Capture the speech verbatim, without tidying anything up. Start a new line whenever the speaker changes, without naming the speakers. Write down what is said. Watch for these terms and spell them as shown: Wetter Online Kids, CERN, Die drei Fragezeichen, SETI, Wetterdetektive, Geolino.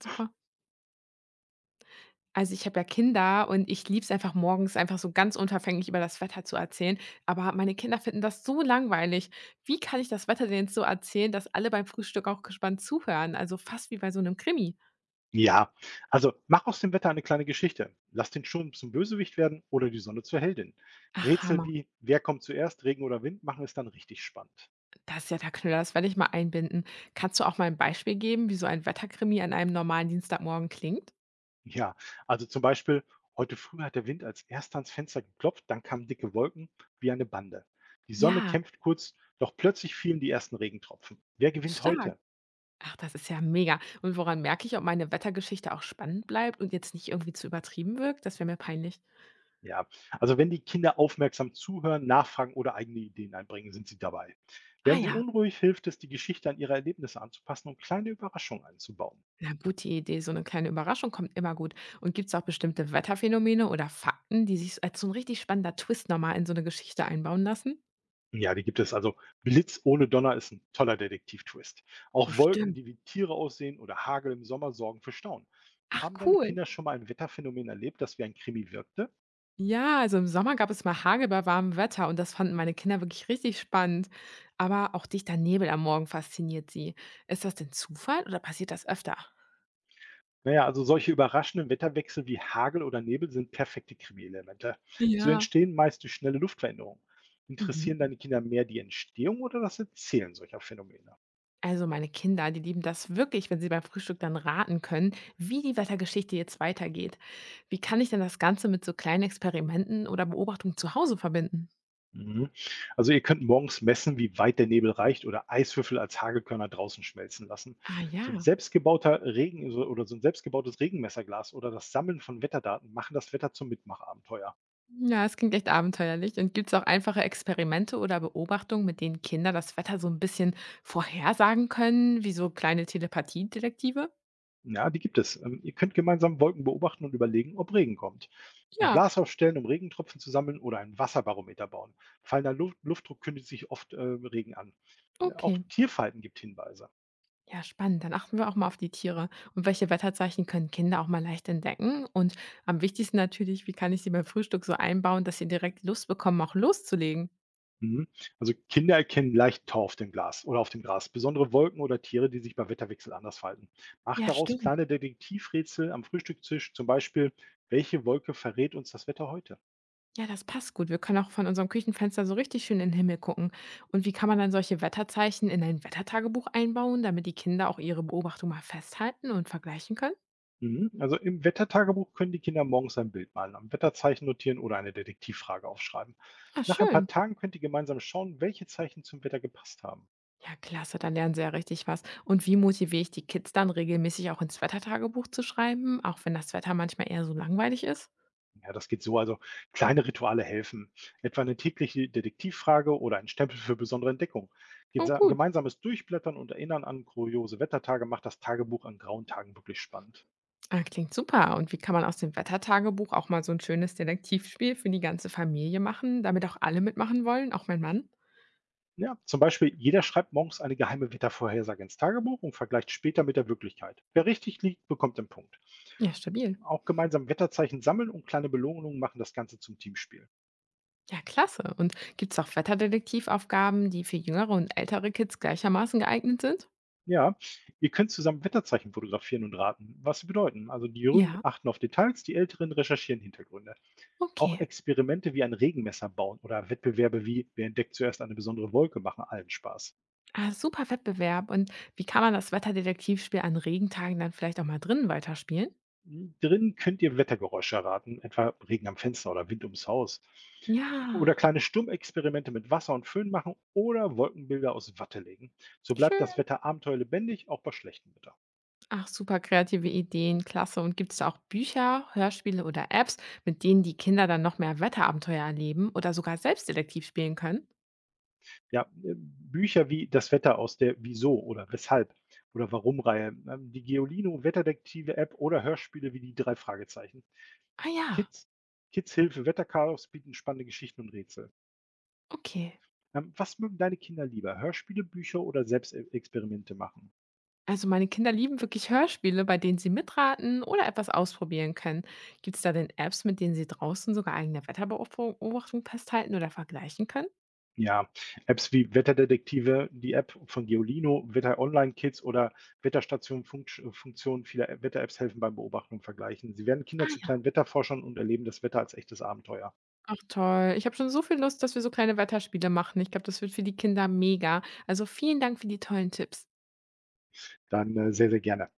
Super. Also, ich habe ja Kinder und ich liebe es einfach morgens einfach so ganz unverfänglich über das Wetter zu erzählen, aber meine Kinder finden das so langweilig. Wie kann ich das Wetter denn jetzt so erzählen, dass alle beim Frühstück auch gespannt zuhören? Also, fast wie bei so einem Krimi.
Ja, also mach aus dem Wetter eine kleine Geschichte. Lass den Sturm zum Bösewicht werden oder die Sonne zur Heldin.
Ach,
Rätsel
Hammer.
wie "Wer kommt zuerst, Regen oder Wind" machen es dann richtig spannend.
Das ist ja der Knüller, das werde ich mal einbinden. Kannst du auch mal ein Beispiel geben, wie so ein Wetterkrimi an einem normalen Dienstagmorgen klingt?
Ja, also zum Beispiel, heute früh hat der Wind als erster ans Fenster geklopft, dann kamen dicke Wolken wie eine Bande. Die Sonne
Ja,
kämpft kurz, doch plötzlich fielen die ersten Regentropfen. Wer gewinnt
stark.
heute?
Ach, das ist ja mega. Und woran merke ich, ob meine Wettergeschichte auch spannend bleibt und jetzt nicht irgendwie zu übertrieben wirkt? Das wäre mir peinlich.
Ja, also wenn die Kinder aufmerksam zuhören, nachfragen oder eigene Ideen einbringen, sind sie dabei.
Ah
Werden sie
ja.
unruhig, hilft es, die Geschichte an ihre Erlebnisse anzupassen und kleine Überraschungen einzubauen.
Ja, gute Idee. So eine kleine Überraschung kommt immer gut. Und gibt's auch bestimmte Wetterphänomene oder Fakten, die sich so als so ein richtig spannender Twist noch in so eine Geschichte einbauen lassen?
Ja, die gibt es also. Blitz ohne Donner ist ein toller Detektiv-Twist.
Oh,
Auch Wolken,
stimmt.
die wie Tiere aussehen, oder Hagel im Sommer sorgen für Staunen.
Ach,
Haben deine
cool.
Kinder schon mal ein Wetterphänomen erlebt, das wie ein Krimi wirkte?
Ja, also im Sommer gab es mal Hagel bei warmem Wetter und das fanden meine Kinder wirklich richtig spannend. Aber auch dichter Nebel am Morgen fasziniert sie. Ist das denn Zufall oder passiert das öfter?
Na ja, also solche überraschenden Wetterwechsel wie Hagel oder Nebel sind perfekte Krimi-Elemente. So
Ja.
entstehen meist durch schnelle Luftveränderungen.
Mhm.
Interessieren deine Kinder mehr die Entstehung oder das Erzählen solcher Phänomene?
Also meine Kinder, die lieben das wirklich, wenn sie beim Frühstück dann raten können, wie die Wettergeschichte jetzt weitergeht. Wie kann ich denn das Ganze mit so kleinen Experimenten oder Beobachtungen zu Hause verbinden?
Mhm. Also ihr könnt morgens messen, wie weit der Nebel reicht, oder Eiswürfel als Hagelkörner draußen schmelzen lassen.
Ah
So ein
ja.
selbstgebauter Regen so- Oder so ein selbstgebautes Regenmesserglas oder das Sammeln von Wetterdaten machen das Wetter zum Mitmachabenteuer.
Ja, es klingt echt abenteuerlich. Und gibt es auch einfache Experimente oder Beobachtungen, mit denen Kinder das Wetter so ein bisschen vorhersagen können, wie so kleine Telepathiedetektive?
Ja, die gibt es. Ähm, ihr könnt gemeinsam Wolken beobachten und überlegen, ob Regen kommt. Ein
Ja,
Glas aufstellen, um Regentropfen zu sammeln, oder ein Wasserbarometer bauen. Fallender Luft, Luftdruck kündigt sich oft äh, Regen an. Äh, auch
okay.
Tierfalten gibt Hinweise.
Ja, spannend. Dann achten wir auch mal auf die Tiere. Und welche Wetterzeichen können Kinder auch mal leicht entdecken? Und am wichtigsten natürlich, wie kann ich sie beim Frühstück so einbauen, dass sie direkt Lust bekommen, auch loszulegen?
Mhm. Also Kinder erkennen leicht Tau auf dem Glas oder auf dem Gras, besondere Wolken oder Tiere, die sich bei Wetterwechsel anders falten. Macht
Ja,
daraus
stimmt.
kleine Detektivrätsel am Frühstückstisch, zum Beispiel, welche Wolke verrät uns das Wetter heute?
Ja, das passt gut. Wir können auch von unserem Küchenfenster so richtig schön in den Himmel gucken. Und wie kann man dann solche Wetterzeichen in ein Wettertagebuch einbauen, damit die Kinder auch ihre Beobachtung mal festhalten und vergleichen können?
Mhm. Also im Wettertagebuch können die Kinder morgens ein Bild malen, am Wetterzeichen notieren oder eine Detektivfrage aufschreiben.
Ah,
Nach ein paar
schön.
Tagen könnt ihr gemeinsam schauen, welche Zeichen zum Wetter gepasst haben.
Ja, klasse, dann lernen sie ja richtig was. Und wie motiviere ich die Kids dann regelmäßig auch ins Wettertagebuch zu schreiben, auch wenn das Wetter manchmal eher so langweilig ist?
Ja, das geht so. Also kleine Rituale helfen. Etwa eine tägliche Detektivfrage oder ein Stempel für besondere Entdeckung.
Oh
Gesa-
gut.
Gemeinsames Durchblättern und Erinnern an kuriose Wettertage macht das Tagebuch an grauen Tagen wirklich spannend.
Ah, klingt super. Und wie kann man aus dem Wettertagebuch auch mal so ein schönes Detektivspiel für die ganze Familie machen, damit auch alle mitmachen wollen, auch mein Mann?
Ja, zum Beispiel, jeder schreibt morgens eine geheime Wettervorhersage ins Tagebuch und vergleicht später mit der Wirklichkeit. Wer richtig liegt, bekommt den Punkt.
Ja, stabil.
Auch gemeinsam Wetterzeichen sammeln und kleine Belohnungen machen das Ganze zum Teamspiel.
Ja, klasse. Und gibt es auch Wetterdetektivaufgaben, die für jüngere und ältere Kids gleichermaßen geeignet sind?
Ja, ihr könnt zusammen Wetterzeichen fotografieren und raten, was sie bedeuten. Also die Jüngeren
Ja,
achten auf Details, die Älteren recherchieren Hintergründe. Auch
okay.
Experimente wie ein Regenmesser bauen oder Wettbewerbe wie "wer entdeckt zuerst eine besondere Wolke" machen allen Spaß.
Ah, super Wettbewerb. Und wie kann man das Wetterdetektivspiel an Regentagen dann vielleicht auch mal drinnen weiterspielen?
Drin könnt ihr Wettergeräusche erraten, etwa Regen am Fenster oder Wind ums Haus.
Ja,
Oder kleine Stummexperimente mit Wasser und Föhn machen oder Wolkenbilder aus Watte legen. So bleibt
schön.
das Wetter abenteuerlich lebendig, auch bei schlechtem Wetter.
Ach, super kreative Ideen, klasse. Und gibt es da auch Bücher, Hörspiele oder Apps, mit denen die Kinder dann noch mehr Wetterabenteuer erleben oder sogar selbst Detektiv spielen können?
Ja, äh, Bücher wie „Das Wetter" aus der „Wieso" oder „Weshalb" oder „Warum"-Reihe, ähm, die Geolino-Wetterdetektive-App oder Hörspiele wie die drei Fragezeichen.
Ah ja,
Kids Kids Hilfe Wetterchaos bieten spannende Geschichten und Rätsel.
okay.
Ähm, was mögen deine Kinder lieber? Hörspiele, Bücher oder selbst E Experimente machen?
Also meine Kinder lieben wirklich Hörspiele, bei denen sie mitraten oder etwas ausprobieren können. Gibt es da denn Apps, mit denen sie draußen sogar eigene Wetterbeobachtung festhalten oder vergleichen können?
Ja, Apps wie Wetterdetektive, die App von Geolino, Wetter Online Kids oder Wetterstationen Funktsch Funktionen vieler Wetter-Apps helfen beim Beobachten und Vergleichen. Sie werden Kinder
Ah
zu
ja,
kleinen Wetterforschern und erleben das Wetter als echtes Abenteuer.
ach toll. Ich habe schon so viel Lust, dass wir so kleine Wetterspiele machen. Ich glaube, das wird für die Kinder mega. Also vielen Dank für die tollen Tipps.
Dann äh, sehr, sehr gerne.